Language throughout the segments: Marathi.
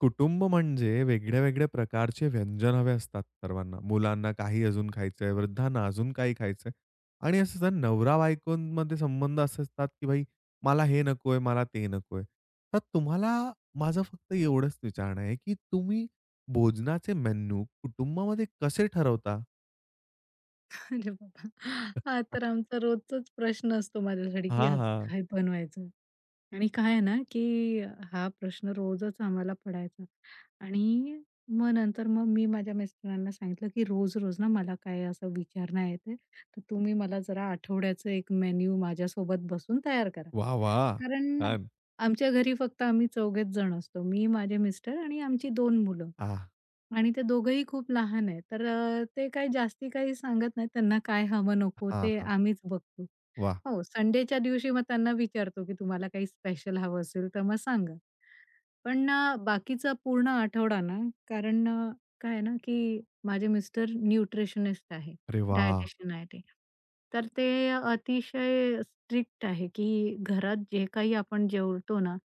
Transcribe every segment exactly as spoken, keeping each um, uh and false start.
कुटुंब म्हणजे वेगळ्या-वेगळ्या प्रकारचे व्यंजन हवे असतात सर्वांना. मुलांना काही अजून खायचंय, वृद्धांना अजून काही खायचंय आणि असं जर नवरा-बायकोंमध्ये संबंध असे असतात, की भाई मला हे नकोय, मला ते नकोय. तर तुम्हाला माझं फक्त एवढंच विचारणं आहे, की तुम्ही भोजनाचे मेनू कुटुंबामध्ये कसे ठरवता? अरे बाबा! हा तर आमचा रोजचाच प्रश्न असतो माझ्यासाठी, की हां, आज हां. काय बनवायचं? आणि काय आहे ना, की हा प्रश्न रोजच आम्हाला पडायचा आणि मग नंतर मग मी माझ्या मिस्टरांना सांगितलं, की रोज-रोज ना मला काय असं विचार नाही येत आहे. तर तुम्ही मला जरा आठवड्याचं एक मेन्यू माझ्यासोबत बसून तयार करा. वाह! वाह! कारण छान. आमच्या घरी फक्त आम्ही चौघेच जण असतो. मी, माझे मिस्टर आणि आमची दोन मुलं आ आणि ते दोघंही खूप लहान आहेत. तर अ, ते काही जास्ती काही सांगत नाहीत. त्यांना काय हवं नको हां, ते हां. आम्हीच बघतो. वाह! हो, संडेच्या दिवशी मग त्यांना विचारतो, की तुम्हाला काही स्पेशल हवं असेल तर मग सांगा. पण अ, बाकीचा पूर्ण आठवडा ना, कारण अ, काय आहे ना, की माझे मिस्टर न्यूट्रिशनिस्ट आहे, अरे वाह! डायटिशियन आहे ते. तर ते अतिशय स्ट्रिक्ट आहे, की घरात जे काही आपण जेवतो ना,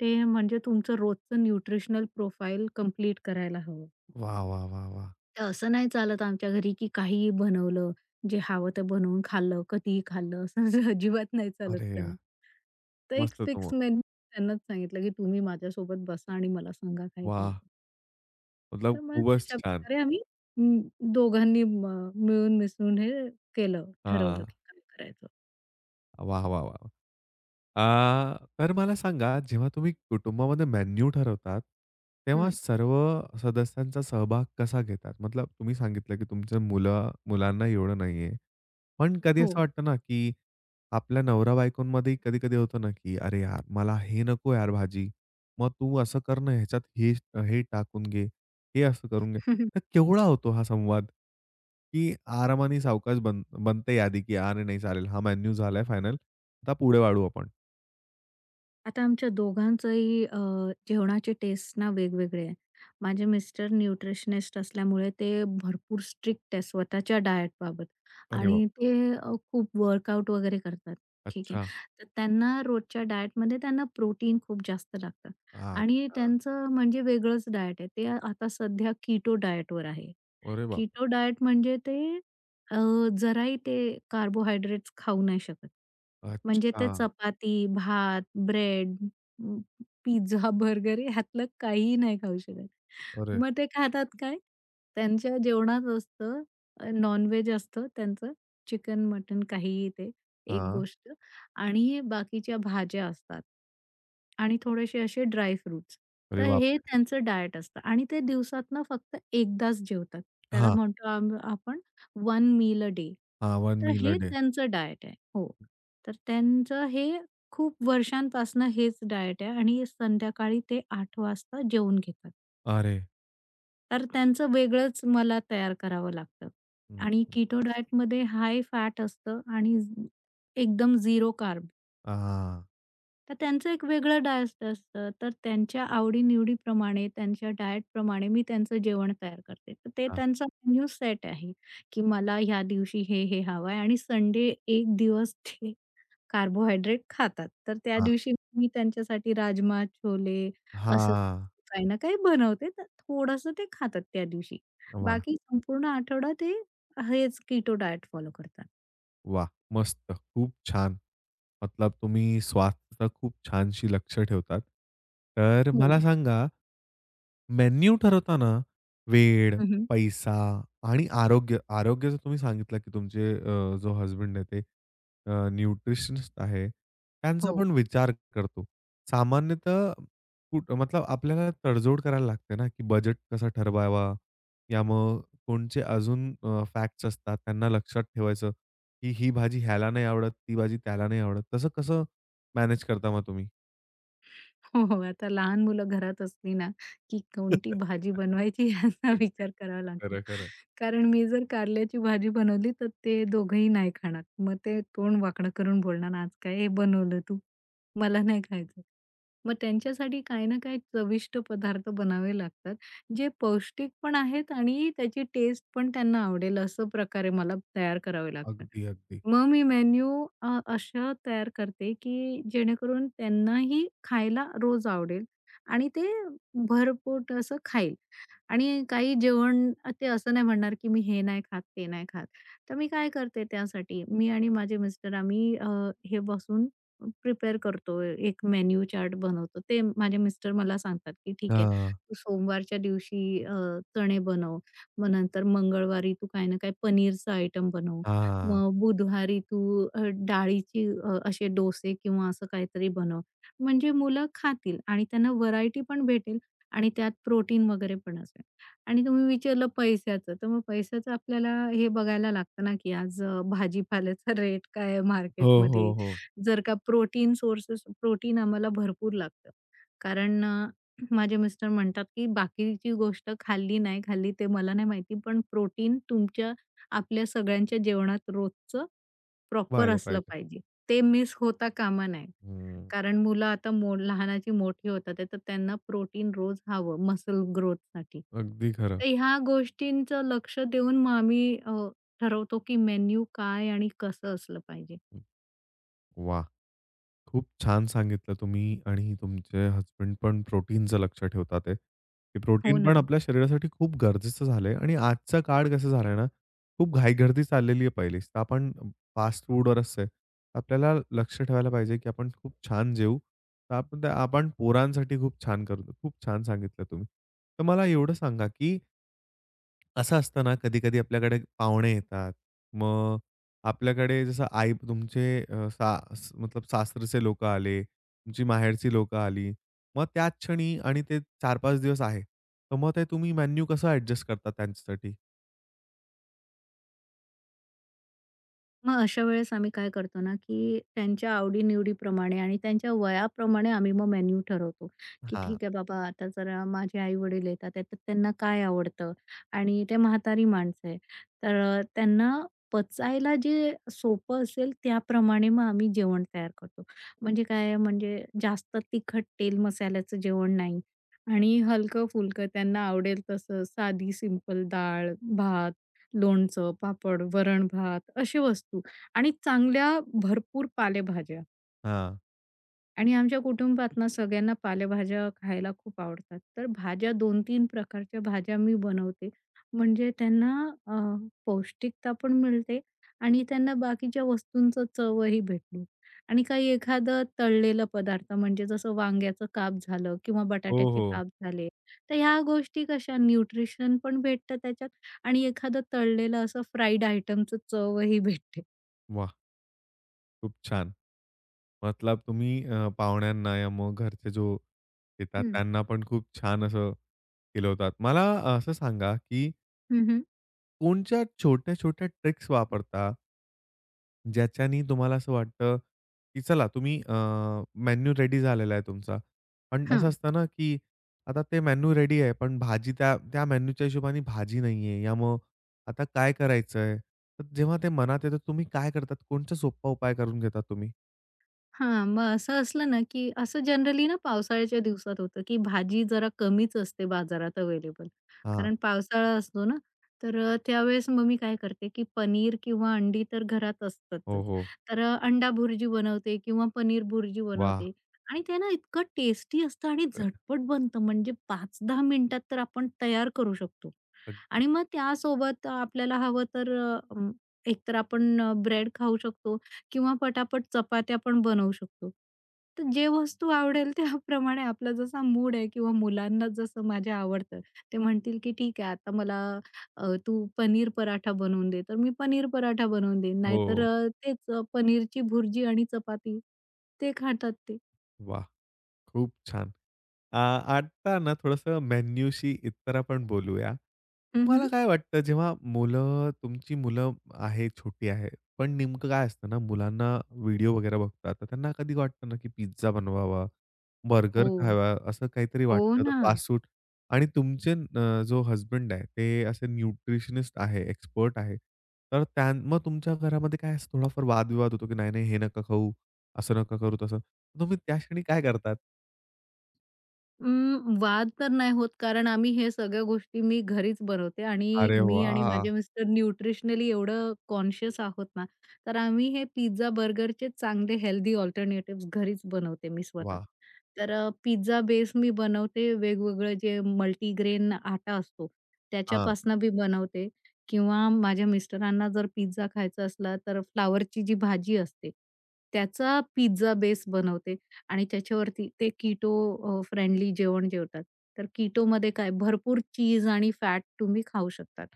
ते म्हणजे तुमचं रोजचं न्यूट्रिशनल प्रोफाइल कंप्लीट करायला हवं. वाह, वाह, वाह, वाह! तर असं नाही चालत आमच्या घरी, की काहीही बनवलं, जे हवं ते बनवून खाल्लं, कधीही खाल्लं, असं अजिबात नाही चालत अरे यार! त्यांना. तर एक मस्त तुम फिक्स मेनू त्यांनाच सांगितलं, की तुम्ही माझ्यासोबत बसा आणि मला सांगा काय वाह! करायचं. मतलब तर मग खूपच छान. तशाप्रकारे आम्ही अं, दोघांनी म मिळून मिसळून हे केलं, हां. ठरवलं, की काय करायचं. वाह, वाह, वाह! अ, तर मला सांगा, जेव्हा तुम्ही कुटुंबामध्ये मेन्यू ठरवतात, तेव्हा हं. सर्व सदस्यांचा सहभाग कसा घेतात? मतलब तुम्ही सांगितलं, की तुमच्या मुलं मुलांना एवढं नाहीये. पण कधी असं हो. वाटतं ना, की आपल्या नवरा-बायकोंमध्ये कधी-कधी होतं ना, की "अरे यार, मला हे नको यार भाजी. मग तू असं कर ना, ह्याच्यात हे हे टाकून घे, हे असं करून घे." तर केवढा होतो हा संवाद? की आरामाने सावकाश बन बनते यादी, की "अरे नाही चालेल, हा मेन्यू झालाय फायनल. आता पुढे वाढू आपण." आता आमच्या दोघांचंही अ, जेवणाचे टेस्ट ना वेगवेगळे आहे. माझे मिस्टर न्यूट्रिशनिस्ट असल्यामुळे ते भरपूर स्ट्रिक्ट आहे स्वतःच्या diet बाबत, अरे बाप! आणि ते अ, खूप वर्कआउट वगैरे करतात. ठीक आहे. अच्छा, तर त्यांना रोजच्या डाएटमध्ये त्यांना प्रोटीन खूप जास्त लागतं आणि अच्छा. त्यांचं म्हणजे वेगळंच डाएट आहे. ते आता सध्या कीटो डाएटवर आहे. अरे बाप! कीटो डाएट म्हणजे ते अ, जराही ते कार्बोहायड्रेट्स खाऊ नाही शकत. म्हणजे अच्छा. ते चपाती, भात, ब्रेड, अ, पिझ्झा, बर्गर ह्यातलं काहीही नाही खाऊ शकत. अरे मग ते खातात काय? त्यांच्या जेवणात असतं अ, नॉन असतं त्यांचं. चिकन, मटन काहीही ते एक हां. गोष्ट आणि बाकीच्या भाज्या असतात आणि थोडेसे असे ड्राय फ्रुट्स. अरे तर हे बापरे! त्यांचं डायट असतं आणि ते दिवसातनं फक्त एकदाच जेवतात. त्याला हां, म्हणतो आम आपण वन मील अ डे. हां. वन तर मील अ हे डे. त्यांचं डायट आहे. हो. तर त्यांचं हे खूप वर्षांपासनं हेच डायट आहे आणि संध्याकाळी ते आठ वाजता जेवून घेतात. अरे! तर त्यांचं वेगळंच मला तयार करावं लागतं हं, आणि हं. कीटो डायटमध्ये हाय फॅट असतं आणि एकदम झिरो कार्ब. हां, तर त्यांचं एक वेगळं डाएट असतं. तर त्यांच्या आवडी-निवडीप्रमाणे, त्यांच्या डाएटप्रमाणे मी त्यांचं जेवण तयार करते. तर ते हां, त्यांचा मेनू सेट आहे, की मला ह्या दिवशी हे, हे हवं आहे आणि संडे एक दिवस ते कार्बोहायड्रेट खातात. तर त्या हां, दिवशी मी त्यांच्यासाठी राजमा, छोले असं हां. काही ना काही बनवते. तर थोडंसं ते खातात त्या दिवशी. वाह! बाकी संपूर्ण आठवडा ते हेच कीटो डाएट फॉलो करतात. वाह! मस्त. खूप छान. मतलब तुम्ही स्वास्थ्याचं खूप छानशी लक्ष ठेवतात. तर हो मला ना. सांगा मेन्यू ठरवताना वेळ, हं, पैसा आणि आरोग्य. आरोग्याचं तुम्ही सांगितलं, की तुमचे अ, जो हसबंड आहे ते अ, न्यूट्रिशनिस्ट आहे. त्यांचा हो. पण विचार करतो. सामान्यतः कुठ मतलब आपल्याला तडजोड करायला लागते ना, की बजेट कसा ठरवावा? या मग कोणचे अजून फॅक्ट्स असतात त्यांना लक्षात ठेवायचं, की ही भाजी ह्याला नाही आवडत, ती भाजी त्याला नाही आवडत. तसं कसं मॅनेज करता मग तुम्ही? हो, हो. आता लहान मुलं घरात असली ना, की कोणती भाजी बनवायची याचा अगदी. विचार करावा लागतो. खरं, खरं. कारण मी जर कारल्याची भाजी बनवली, तर ते दोघंही नाही खाणार. मग ते तोंड वाकडं करून बोलणार, "आज काय हे बनवलं तू? मला नाही खायचं." मग त्यांच्यासाठी काही ना काही चविष्ट पदार्थ बनावे लागतात, जे पौष्टिक पण आहेत आणि त्याची टेस्ट पण त्यांना आवडेल, असं प्रकारे मला तयार करावे लागतात. अगदी, अगदी. मग मी मेन्यू अ, अशा तयार करते, की जेणेकरून त्यांनाही खायला रोज आवडेल आणि ते भरपोट असं खाईल आणि काही जेवण अ, ते असं नाही म्हणणार, की मी हे नाही खात, ते नाही खात. तर मी काय करते त्यासाठी मी आणि माझे मिस्टर आम्ही अ, हे बसून प्रिपेअर करतो. एक मेन्यू चार्ट बनवतो. ते माझे मिस्टर मला सांगतात, की "ठीक आहे, हां, तू सोमवारच्या दिवशी अ, चणे बनव. मग नंतर मंगळवारी तू काही ना काही पनीरचं आयटम बनव. हां. मग बुधवारी तू अ, डाळीची अ, असे डोसे किंवा असं काहीतरी बनव. म्हणजे मुलं खातील आणि त्यांना व्हरायटी पण भेटेल आणि त्यात प्रोटीन वगैरे पण असेल. आणि तुम्ही विचारलं पैशाचं, तर मग पैशाचं आपल्याला हे बघायला लागतं ना, की आज अ, भाजीपाल्याचा रेट काय आहे हो, हो, मार्केटमध्ये. हो. जर का प्रोटीन सोर्सेस प्रोटीन आम्हाला भरपूर लागतं. कारण अ, माझे मिस्टर म्हणतात, की "बाकीची गोष्ट खाल्ली नाही खाल्ली ते मला नाही माहिती, पण प्रोटीन तुमच्या आपल्या सगळ्यांच्या जेवणात रोजचं प्रॉपर व्हायला असलं पाहिजे. पाहिजे. ते मिस होता कामा नये. हं. कारण मुलं आता मो लहानाची मोठी होतात आहे, तर त्यांना प्रोटीन रोज हवं मसल ग्रोथसाठी. अगदी खरं. तर ह्या गोष्टींचं लक्ष देऊन मग आम्ही अ, ठरवतो की मेन्यू काय आणि कसं असलं पाहिजे. वाह! खूप छान सांगितलं तुम्ही आणि तुमचे हसबंड पण प्रोटीनचं लक्ष ठेवतात आहे. की हो प्रोटीन ना. पण आपल्या शरीरासाठी खूप गरजेचं झालं आहे आणि आजचा काळ कसं झाला आहे ना, खूप घाईगर्दी चाललेली आहे पहिलीच. तर आपण फास्ट फूडवरच आहे. आपल्याला लक्ष ठेवायला पाहिजे की आपण खूप छान जेवू. तर आपण आपण पोरांसाठी खूप छान करतो. खूप छान सांगितलं तुम्ही. तर मला एवढं सांगा की असं असतं ना, कधी-कधी आपल्याकडे पाहुणे येतात. मग आपल्याकडे जसं आई तुमचे अ, सा स- मतलब सासरचे लोकं आले, तुमची माहेरची लोकं आली. मग त्याच क्षणी आणि ते चार पाच दिवस आहे. तर मग ते तुम्ही मेन्यू कसं ॲडजस्ट करता त्यांच्यासाठी? मग अशा वेळेस आम्ही काय करतो ना, की त्यांच्या आवडी-निवडीप्रमाणे आणि त्यांच्या वयाप्रमाणे आम्ही मग मेन्यू ठरवतो, की हां, ठीक आहे बाबा आता जरा माझे आई-वडील येतात आहे, तर त्यांना काय आवडतं आणि ते म्हातारी माणसं आहे. तर अ, त्यांना पचायला जे सोपं असेल त्याप्रमाणे मग आम्ही जेवण तयार करतो. म्हणजे काय आहे, म्हणजे जास्त तिखट तेल-मसाल्याचं जेवण नाही आणि हलकं-फुलकं त्यांना आवडेल तसं साधी सिंपल डाळ, भात लोणचं, पापड, वरण-भात अशी वस्तू आणि चांगल्या भरपूर पालेभाज्या. हां. आणि आमच्या कुटुंबात ना सगळ्यांना पालेभाज्या खायला खूप आवडतात. तर भाज्या दोन-तीन प्रकारच्या भाज्या मी बनवते. म्हणजे त्यांना अ, पौष्टिकता पण मिळते आणि त्यांना बाकीच्या वस्तूंचं चवही भेटली. आणि काही एखादं तळलेला पदार्थ म्हणजे जसं वांग्याचं काप झालं किंवा हो, बटाट्याचे हो. काप झाले. तर ह्या गोष्टी कशा न्यूट्रिशन पण भेटतं त्याच्यात आणि एखादं तळलेलं असं फ्राईड आयटमचं चवही भेटते. वाह! खूप छान. मतलब तुम्ही अ, पाहुण्यांना या मग घरचे जो येतात हं. त्यांना पण खूप छान असं केलं होतात. मला असं सांगा, की हं, हं. कोणत्या छोट्या-छोट्या ट्रिक्स वापरता ज्याच्यानी तुम्हाला असं वाटतं, की चला तुम्ही अ, रेडी झालेला आहे तुमचा. पण असं हां. असतं ना, की आता ते मेनू रेडी आहे, पण भाजी त्या त्या मेनूच्या हिशोबाने भाजी नाही आहे. या मग आता काय करायचंय? तर जेव्हा ते मनात येतं, तुम्ही काय करतात? कोणचा सोपा उपाय करून घेता तुम्ही? हां, मग असं असलं ना, की असं जनरली ना पावसाळ्याच्या दिवसात होतं, की भाजी जरा कमीच असते बाजारात अवेलेबल. हां. कारण पावसाळा असतो ना, तर अ, त्यावेळेस मग मी काय करते, की पनीर किंवा अंडी तर घरात हो, असतातच. हो. तर अ, अंडा भुर्जी बनवते किंवा पनीर भुर्जी वाह! बनवते आणि ते ना इतकं टेस्टी असतं आणि झटपट बनतं. म्हणजे पाच-दहा मिनिटात तर आपण तयार करू शकतो. अ, आणि मग त्यासोबत आपल्याला हवं तर अ, अम, एकतर आपण ब्रेड खाऊ शकतो किंवा पटापट चपात्या पण बनवू शकतो. तर जे वस्तू आवडेल त्याप्रमाणे आपला जसा मूड आहे किंवा मुलांना जसं माझ्या आवडतं, ते म्हणतील की "ठीक आहे आता मला अ, तू पनीर पराठा बनवून दे." तर मी पनीर पराठा बनवून देईन. नाहीतर हो. अ, तेच अ, पनीरची भुर्जी आणि चपाती ते खातात ते. वाह! खूप छान. अ, आता ना थोडंसं मेन्यूशी इतर आपण बोलूया. हं, हं. तुम्हाला काय वाटतं जेव्हा मुलं तुमची मुलं आहे, छोटी आहे. पण नेमकं काय असतं ना, मुलांना व्हिडिओ वगैरे बघतात. तर त्यांना कधी वाटतं ना, की पिझ्झा बनवावा, बर्गर हो. खावा, असं काहीतरी हो वाटतं. तर ना. फास्ट फूड आणि तुमचे अ, जो हसबंड आहे, ते असे न्यूट्रिशनिस्ट आहे, एक्सपर्ट आहे. तर त्या मग तुमच्या घरामध्ये काय असं थोडाफार वादविवाद होतो, की नाही, नाही, हे नका खाऊ, असं नका करू, तसं. तुम्ही त्या क्षणी काय करतात? अं, वाद तर नाही होत कारण आम्ही हे सगळ्या गोष्टी मी घरीच बनवते आणि अरे मी आणि वाह! माझे मिस्टर न्यूट्रिशनली एवढं कॉन्शियस आहोत ना, तर आम्ही हे पिझ्झा, बर्गरचे चांगले हेल्दी अल्टरनेटिव्हज घरीच बनवते मी स्वतः. वाह! तर अ, पिझ्झा बेस मी बनवते. वेगवेगळं जे मल्टीग्रेन आटा असतो हां, त्याच्यापासनं मी बनवते किंवा माझ्या मिस्टरांना जर पिझ्झा खायचा असला तर फ्लॉवरची जी भाजी असते, त्याचा पिझ्झा बेस बनवते. आणि त्याच्यावरती ते कीटो फ्रेंडली जेवण जेवतात. तर कीटोमध्ये काय भरपूर चीज आणि फॅट तुम्ही खाऊ शकतात.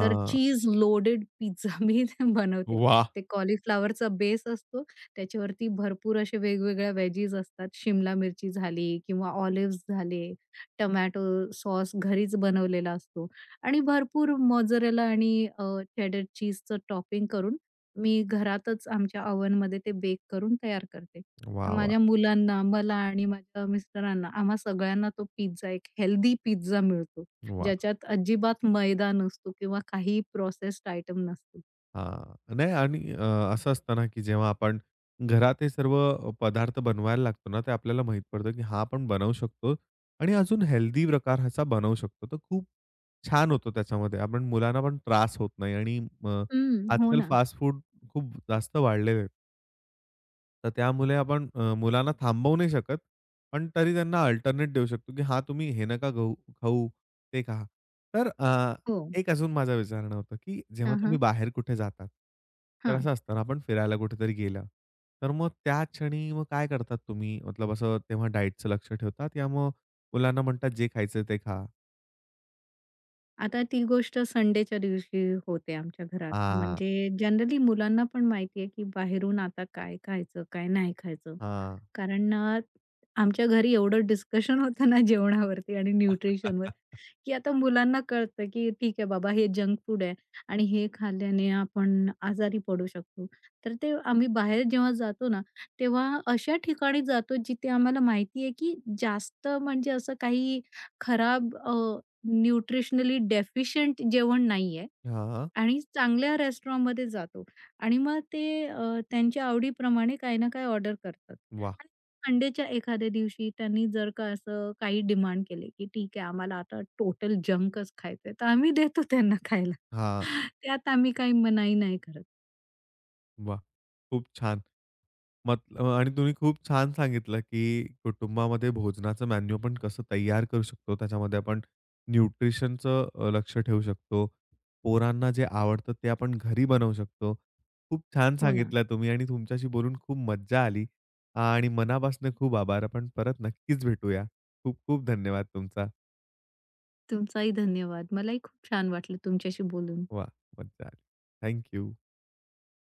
तर चीज लोडेड पिझ्झा मी ते बनवते. वाह! ते कॉलीफ्लॉवरचा बेस असतो. त्याच्यावरती भरपूर असे वेगवेगळ्या वेजीज असतात. शिमला मिरची झाली किंवा ऑलिव्हज झाले, टोमॅटो सॉस घरीच बनवलेला असतो आणि भरपूर मोझरेला आणि अ, चेडर चीजचं टॉपिंग करून मी घरातच आमच्या ओव्हनमध्ये ते बेक करून तयार करते. तर वाह, वाह! माझ्या मुलांना, मला आणि माझ्या मिस्टरांना, आम्हा सगळ्यांना तो पिझ्झा एक हेल्दी पिझ्झा मैदा मिळतो, वाह! ज्याच्यात अजिबात मैदा नसतो किंवा काही प्रोसेस्ड आयटम नसतो. हां. नाही आणि अ, असं असतं ना, की जेव्हा आपण घरात हे सर्व पदार्थ बनवायला लागतो ना, ते आपल्याला माहीत पडतं, की हा आपण बनवू शकतो आणि अजून हेल्दी प्रकार असा बनवू शकतो. तर खूप छान होतो त्याच्यामध्ये. आपण मुलांना पण त्रास होत नाही आणि अ, हं, हो आजकाल ना. फास्ट फूड खूप जास्त वाढलेले आहेत. तर त्यामुळे आपण अ, मुलांना थांबवू नाही शकत. पण तरी त्यांना अल्टरनेट देऊ शकतो, की "हां, तुम्ही हे नका खाऊ खाऊ, ते खा." तर अ, हो. एक अजून माझं विचारणं होतं, की जेव्हा हां, तुम्ही हां. बाहेर कुठे जातात, तर हां. असं असतं ना, आपण फिरायला कुठेतरी गेला, तर मग त्या क्षणी मग काय करतात तुम्ही? मतलब असं तेव्हा डाएटचं लक्ष ठेवतात या मग मुलांना म्हणतात जे खायचं ते खा? आता ती गोष्ट संडेच्या दिवशी होते आमच्या घरात. हां. म्हणजे जनरली मुलांना पण माहिती आहे, की बाहेरून आता काय खायचं, काय नाही खायचं. हां. कारण अ, आमच्या घरी एवढं डिस्कशन होतं ना जेवणावरती आणि न्यूट्रिशनवर, की आता मुलांना कळतं, की ठीक आहे बाबा हे जंक फूड आहे आणि हे खाल्ल्याने आपण आजारी पडू शकतो. तर ते आम्ही बाहेर जेव्हा जातो ना, तेव्हा अशा ठिकाणी जातो जिथे आम्हाला माहिती आहे, की जास्त म्हणजे असं काही खराब न्यूट्रिशनली डेफिशियंट जेवण नाहीये. हां. आणि चांगल्या रेस्टॉरंटमध्ये जातो आणि मग ते अ, त्यांच्या आवडीप्रमाणे काही ना काही ऑर्डर करतात. वाह! आणि संडेच्या एखाद्या दिवशी त्यांनी जर का असं काही डिमांड केले, की "ठीक आहे, आम्हाला आता टोटल जंकच खायचंय." तर आम्ही देतो त्यांना खायला. हां. त्यात आम्ही काही मनाई नाही करत. वाह! खूप छान. मग अ, आणि तुम्ही खूप छान सांगितलं, की कुटुंबामध्ये भोजनाचं मेन्यू आपण कसं तयार करू शकतो. त्याच्यामध्ये आपण न्यूट्रिशनचं अ, लक्ष ठेवू शकतो. पोरांना जे आवडतं ते आपण घरी बनवू शकतो. खूप छान हो ना. सांगितलं तुम्ही आणि तुमच्याशी बोलून खूप मज्जा आली आणि मनापासून खूप आभार. आपण परत नक्कीच भेटूया. खूप खूप धन्यवाद तुमचा. तुमचाही धन्यवाद. मलाही खूप छान वाटलं तुमच्याशी बोलून. वाह! मज्जा आली. थँक